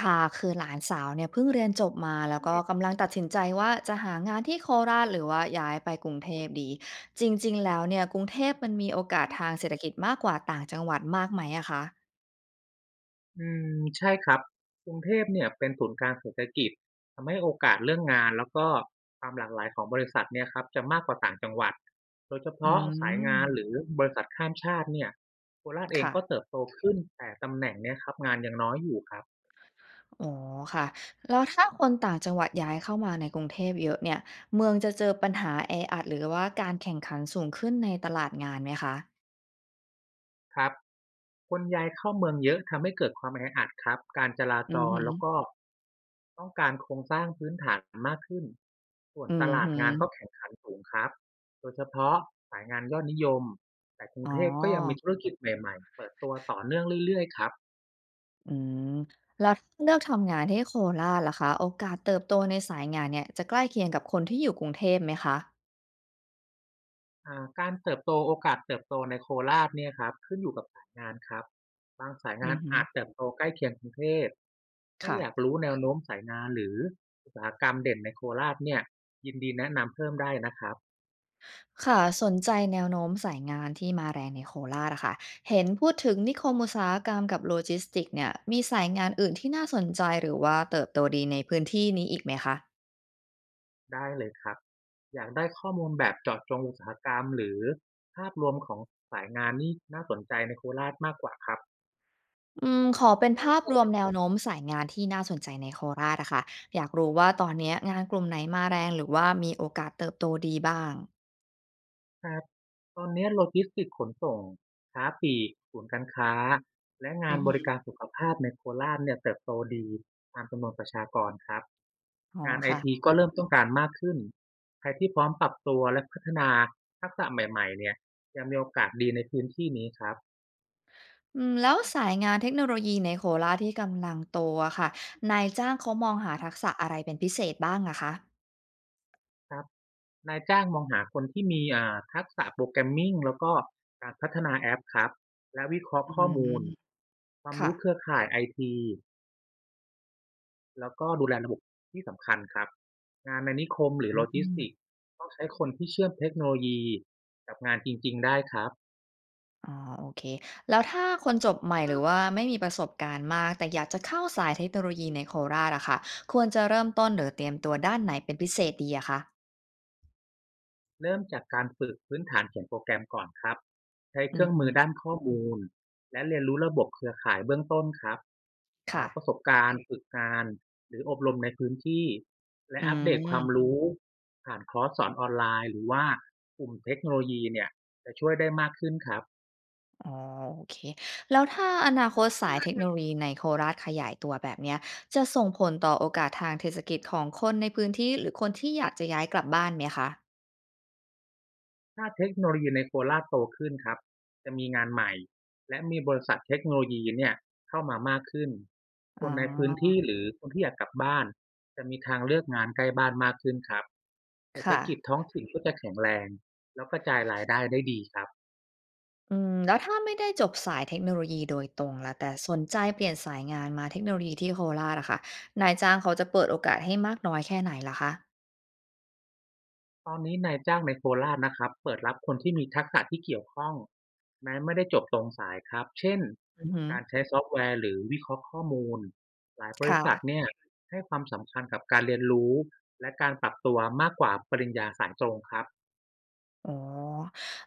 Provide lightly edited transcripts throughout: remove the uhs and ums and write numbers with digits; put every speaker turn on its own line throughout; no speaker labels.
ค่ะคือหลานสาวเนี่ยเพิ่งเรียนจบมาแล้วก็กำลังตัดสินใจว่าจะหางานที่โคราชหรือว่าย้ายไปกรุงเทพดีจริงๆแล้วเนี่ยกรุงเทพมันมีโอกาสทางเศรษฐกิจมากกว่าต่างจังหวัดมากไหมอะคะ
อืมใช่ครับกรุงเทพเนี่ยเป็นศูนย์กลางเศรษฐกิจทำให้โอกาสเรื่องงานแล้วก็ความหลากหลายของบริษัทเนี่ยครับจะมากกว่าต่างจังหวัดโดยเฉ
อื
พาะสายงานหรือ
ม
บริษัทข้ามชาติเนี่ยโคราชเอง
ค่ะ
ก็เติบโตขึ้นแต่ตำแหน่งเนี่ยครับงานยังน้อยอยู่ครับ
อ๋อค่ะแล้วถ้าคนต่างจังหวัดย้ายเข้ามาในกรุงเทพเยอะเนี่ยเมืองจะเจอปัญหาแออัดหรือว่าการแข่งขันสูงขึ้นในตลาดงานไหมคะ
ครับ คนย้ายเข้าเมืองเยอะทำให้เกิดความแออัดครับ การจรา
อื
จ
อ
ร
ฮึ
แล้วก็ต้องการโครงสร้างพื้นฐานมากขึ้น ส่วน
อื
ต
อ
ลาด
ฮึ
งานก็แข่งขันสูงครับ โดยเฉพาะสายงานยอดนิยม แต่กรุง
อ๋อ
เทพก็ยังมีธุรกิจใหม่ๆ เปิดตัวต่อเนื่องเรื่อยๆครับ
อืมแล้วถ้าเลือกทำงานที่โคราชล่ะคะโอกาสเติบโตในสายงานเนี่ยจะใกล้เคียงกับคนที่อยู่กรุงเทพไหมคะ
การเติบโตโอกาสเติบโตในโคราชเนี่ยครับขึ้นอยู่กับสายงานครับบางสายงา
อื
น
อฮึ
อาจเติบโตใกล้เคียงกรุงเทพถ้า
ค่ะ
อยากรู้แนวโน้มสายงานหรืออุตสาหกรรมเด่นในโคราชเนี่ยยินดีแนะนำเพิ่มได้นะครับ
ค่ะสนใจแนวโน้มสายงานที่มาแรงในโคราชอะค่ะเห็นพูดถึงนิคมอุตสาหกรรมกับโลจิสติกส์เนี่ยมีสายงานอื่นที่น่าสนใจหรือว่าเติบโตดีในพื้นที่นี้อีกไหมคะ
ได้เลยครับอยากได้ข้อมูลแบบเจาะจงอุตสาหกรรมหรือภาพรวมของสายงานนี่น่าสนใจในโคราชมากกว่าครับ
อืมขอเป็นภาพรวมแนวโน้มสายงานที่น่าสนใจในโคราชอะค่ะอยากรู้ว่าตอนเนี้ยงานกลุ่มไหนมาแรงหรือว่ามีโอกาสเติบโตดีบ้าง
ครับตอนนี้โลจิสติกส์ขนส่งค้าปลีกศูนย์การค้าและงา
อื
น
อ
บ
ฮึ
ริการสุขภาพในโคราชเนี่ยเติบโตดีตามจำนวนประชากรครับ
อ๋อ
งานไอที
ค่ะ
ก็เริ่มต้องการมากขึ้นใครที่พร้อมปรับตัวและพัฒนาทักษะใหม่ๆเนี่ยจะมีโอกาสดีในพื้นที่นี้ครับ
อืมแล้วสายงานเทคโนโลยีในโคราชที่กำลังโตอะค่ะนายจ้างเขามองหาทักษะอะไรเป็นพิเศษบ้างอะคะ
ครับนายจ้างมองหาคนที่มีทักษะโปรแกรมมิ่งแล้วก็การพัฒนาแอปครับและวิเคราะห์
อื
ข้อมูล
ม
ความ
ค่ะ
รู้เครือข่ายไอที แล้วก็ดูแลระบบที่สำคัญครับงานในนิคมหรือโลจิ
อื
สติกส์
ม
ต้องใช้คนที่เชื่อมเทคโนโลยีกับงานจริงๆได้ครับ
อ๋อโอเคแล้วถ้าคนจบใหม่หรือว่าไม่มีประสบการณ์มากแต่อยากจะเข้าสายเทคโนโลยีในโคราชอะค่ะควรจะเริ่มต้นหรือเตรียมตัวด้านไหนเป็นพิเศษดีอะคะ
เริ่มจากการฝึกพื้นฐานเขียนโปรแกรมก่อนครับใช้เค
อื
รื่
อ
อง
ฮึ
มือด้านข้อมูลและเรียนรู้ระบบเครือข่ายเบื้องต้นครับหาประส
ค่ะ
บการณ์ฝึกงานหรืออบรมในพื้นที่และ
อื
อัปเดตความ
ม
รู้ผ่านคอร์สสอนออนไลน์หรือว่ากลุ่มเทคโนโลยีเนี่ยจะช่วยได้มากขึ้นครับ
อ๋อโอเคแล้วถ้าอนาคตสายเทคโนโลยีในโคราชขยายตัวแบบเนี้ยจะส่งผลต่อโอกาสทางเศรษฐกิจของคนในพื้นที่หรือคนที่อยากจะย้ายกลับบ้านไหมคะ
ถ้าเทคโนโลยีในโคราชโตขึ้นครับจะมีงานใหม่ และมีบริษัทเทคโนโลยีเนี่ยเข้ามามากขึ้น ค
อ๋อ
นในพื้นที่หรือคนที่อยากกลับบ้านจะมีทางเลือกงานใกล้บ้านมากขึ้นครับเศรษฐ
ค่ะ
กิจท้องถิ่นก็จะแข็งแรงแล้วกระจายรายได้ได้ดีครับ
อืมแล้วถ้าไม่ได้จบสายเทคโนโลยีโดยตรงล่ะแต่สนใจเปลี่ยนสายงานมาเทคโนโลยีที่โคราชอะค่ะนายจ้างเขาจะเปิดโอกาสให้มากน้อยแค่ไหนล่ะคะ
ตอนนี้นายจ้างในโคราชนะครับเปิดรับคนที่มีทักษะที่เกี่ยวข้องแม้ไม่ได้จบตรงสายครับเช่น
อือฮึ
การใช้ซอฟต์แวร์หรือวิเคราะห์ข้อมูลหลายบริษัท
ค่ะ
เนี่ยให้ความสำคัญกับการเรียนรู้และการปรับตัวมากกว่าปริญญาสายตรงครับ
อ๋อ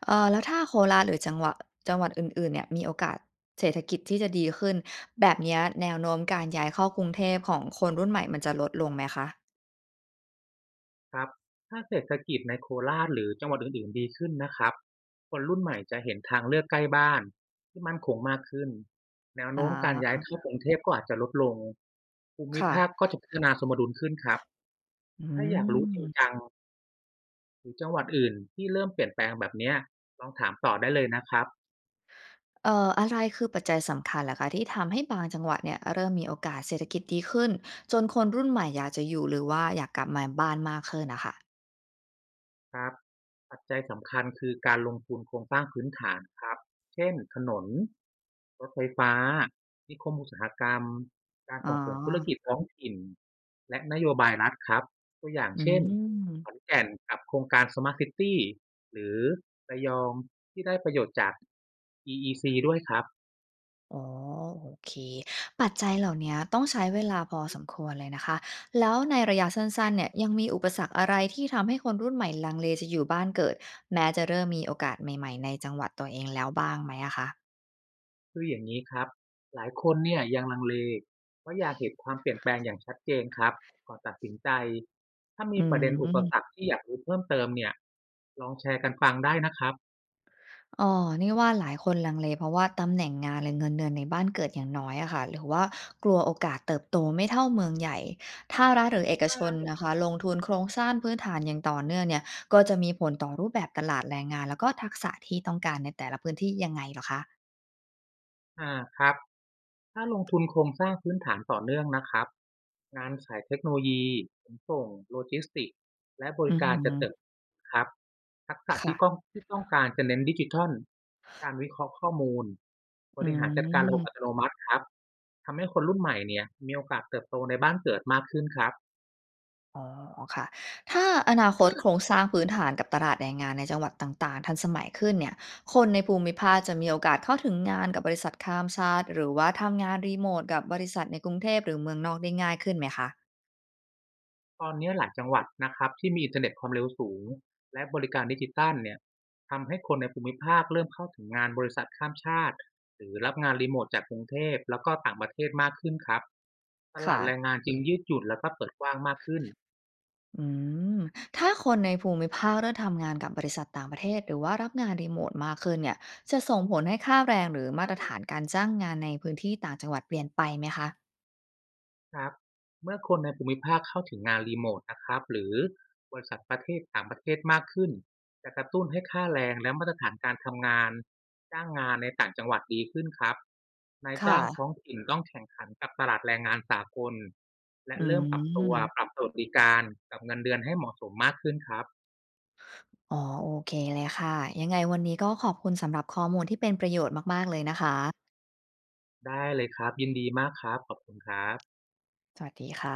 แล้วถ้าโคราชหรือจังหวะจังหวัดอื่นๆเนี่ยมีโอกาสเศรษฐกิจที่จะดีขึ้นแบบเนี้ยแนวโน้มการย้ายเข้ากรุงเทพของคนรุ่นใหม่มันจะลดลงไหมคะ
ครับถ้าเศรษฐกิจในโคราชหรือจังหวัดอื่นๆดีขึ้นนะครับคนรุ่นใหม่จะเห็นทางเลือกใกล้บ้านที่มั่นคงมากขึ้นแนว
อ
โน้มการย้าย
า
เข้ากรุงเทพก็อาจจะลดลงภูมิ
ค่ะ
ภาคก็จะพัฒนาสมดุลขึ้นครับ
อื
ถ้าอยากรู้จริง
ม
จังหรือจังหวัดอื่นที่เริ่มเปลี่ยนแปลงแบบเนี้ยลองถามต่อได้เลยนะครับ
อะไรคือปัจจัยสำคัญเหรอคะที่ทำให้บางจังหวัดเนี่ยเริ่มมีโอกาสเศรษฐกิจดีขึ้นจนคนรุ่นใหม่อยากจะอยู่หรือว่าอยากกลับมาบ้านมากขึ้นอะค่ะ
ครับปัจจัยสำคัญคือการลงทุนโครงสร้างพื้นฐานครับเช่นถนนรถไฟฟ้านิคมอุตสาหกรรมการ
อ๋อ
ส่งเสริมธุรกิจท้องถิ่นและนโยบายรัฐครับตัวอย่าง
อื
เช่นข
ม
อนแก่นกับโครงการ Smart City หรือระยองที่ได้ประโยชน์จาก EEC ด้วยครับ
อ๋อโอเค ปัจจัยเหล่าเนี้ยต้องใช้เวลาพอสมควรเลยนะคะ แล้วในระยะสั้นๆเนี่ยยังมีอุปสรรคอะไรที่ทำให้คนรุ่นใหม่ลังเลจะอยู่บ้านเกิด แม้จะเริ่มมีโอกาสใหม่ๆในจังหวัดตัวเองแล้วบ้างไหมอะคะ
คืออย่างนี้ครับ หลายคนเนี่ยยังลังเลเพราะอยากเห็นความเปลี่ยนแปลงอย่างชัดเจนครับ ก่อนตัดสินใจ ถ้ามี
อื
ประเด็นอุปสร
ม
รคที่อยากรู้เพิ่มเติมเนี่ย ลองแชร์กันฟังได้นะครับ
อ๋อ นี่ว่าหลายคนลังเลเพราะว่าตำแหน่งงานหรือเงินเดือนในบ้านเกิดอย่างน้อยอะค่ะหรือว่ากลัวโอกาสเติบโตไม่เท่าเมืองใหญ่ถ้ารัฐหรือเอกชนนะคะลงทุนโครงสร้างพื้นฐานอย่างต่อเนื่องเนี่ยก็จะมีผลต่อรูปแบบตลาดแรงงานแล้วก็ทักษะที่ต้องการในแต่ละพื้นที่ยังไงเหรอคะ
อ่าครับ ถ้าลงทุนโครงสร้างพื้นฐานต่อเนื่องนะครับงานสายเทคโนโลยีขนส่งโลจิสติกส์และบ
อื
ริ
อ
กา
ฮึ
รจะเติบครับทักษะ
ค่ะ
ที่ต้องที่ต้องการจะเน้นดิจิทัลการวิเคราะห์ข้อมูลบ
อื
ริหารจัดการระบบอัต
ม
โนมัติครับทำให้คนรุ่นใหม่เนี่ยมีโอกาสเติบโตในบ้านเกิดมากขึ้นครับ
อ๋อค่ะถ้าอนาคตโครงสร้างพื้นฐานกับตลาดแรงงานในจังหวัดต่างๆทันสมัยขึ้นเนี่ยคนในภูมิภาคจะมีโอกาสเข้าถึงงานกับบริษัทข้ามชาติหรือว่าทำงานรีโมทกับบริษัทในกรุงเทพหรือเมืองนอกได้ง่ายขึ้นไหมคะ
ตอนนี้หลายจังหวัดนะครับที่มีอินเทอร์เน็ตความเร็วสูงและบริการดิจิทัลเนี่ยทำให้คนในภูมิภาคเริ่มเข้าถึงงานบริษัทข้ามชาติหรือรับงานรีโมทจากกรุงเทพแล้วก็ต่างประเทศมากขึ้นครับตลาด
ค่ะ
แรงงานจึงยืดหยุ่นแล้วก็เปิดกว้างมากขึ้น
อืมถ้าคนในภูมิภาคเริ่มทำงานกับบริษัทต่างประเทศหรือว่ารับงานรีโมทมากขึ้นเนี่ยจะส่งผลให้ค่าแรงหรือมาตรฐานการจ้างงานในพื้นที่ต่างจังหวัดเปลี่ยนไปไหมคะ
ครับเมื่อคนในภูมิภาคเข้าถึงงานรีโมทนะครับหรือบริษัทประเทศต่างประเทศมากขึ้นจะกระตุ้นให้ค่าแรงและมาตรฐานการทำงานจ้างงานในต่างจังหวัดดีขึ้นครับนายจ้า
ค่ะ
งท้องถิ่นต้องแข่งขันกับตลาดแรงงานสากลและ
อื
เริ่มปรับตัวปรั
ม
บสวัสดิการกับเงินเดือนให้เหมาะสมมากขึ้นครับ
อ๋อโอเคเลยค่ะยังไงวันนี้ก็ขอบคุณสำหรับข้อมูลที่เป็นประโยชน์มากๆเลยนะคะ
ได้เลยครับยินดีมากครับขอบคุณครับ
สวัสดีค่ะ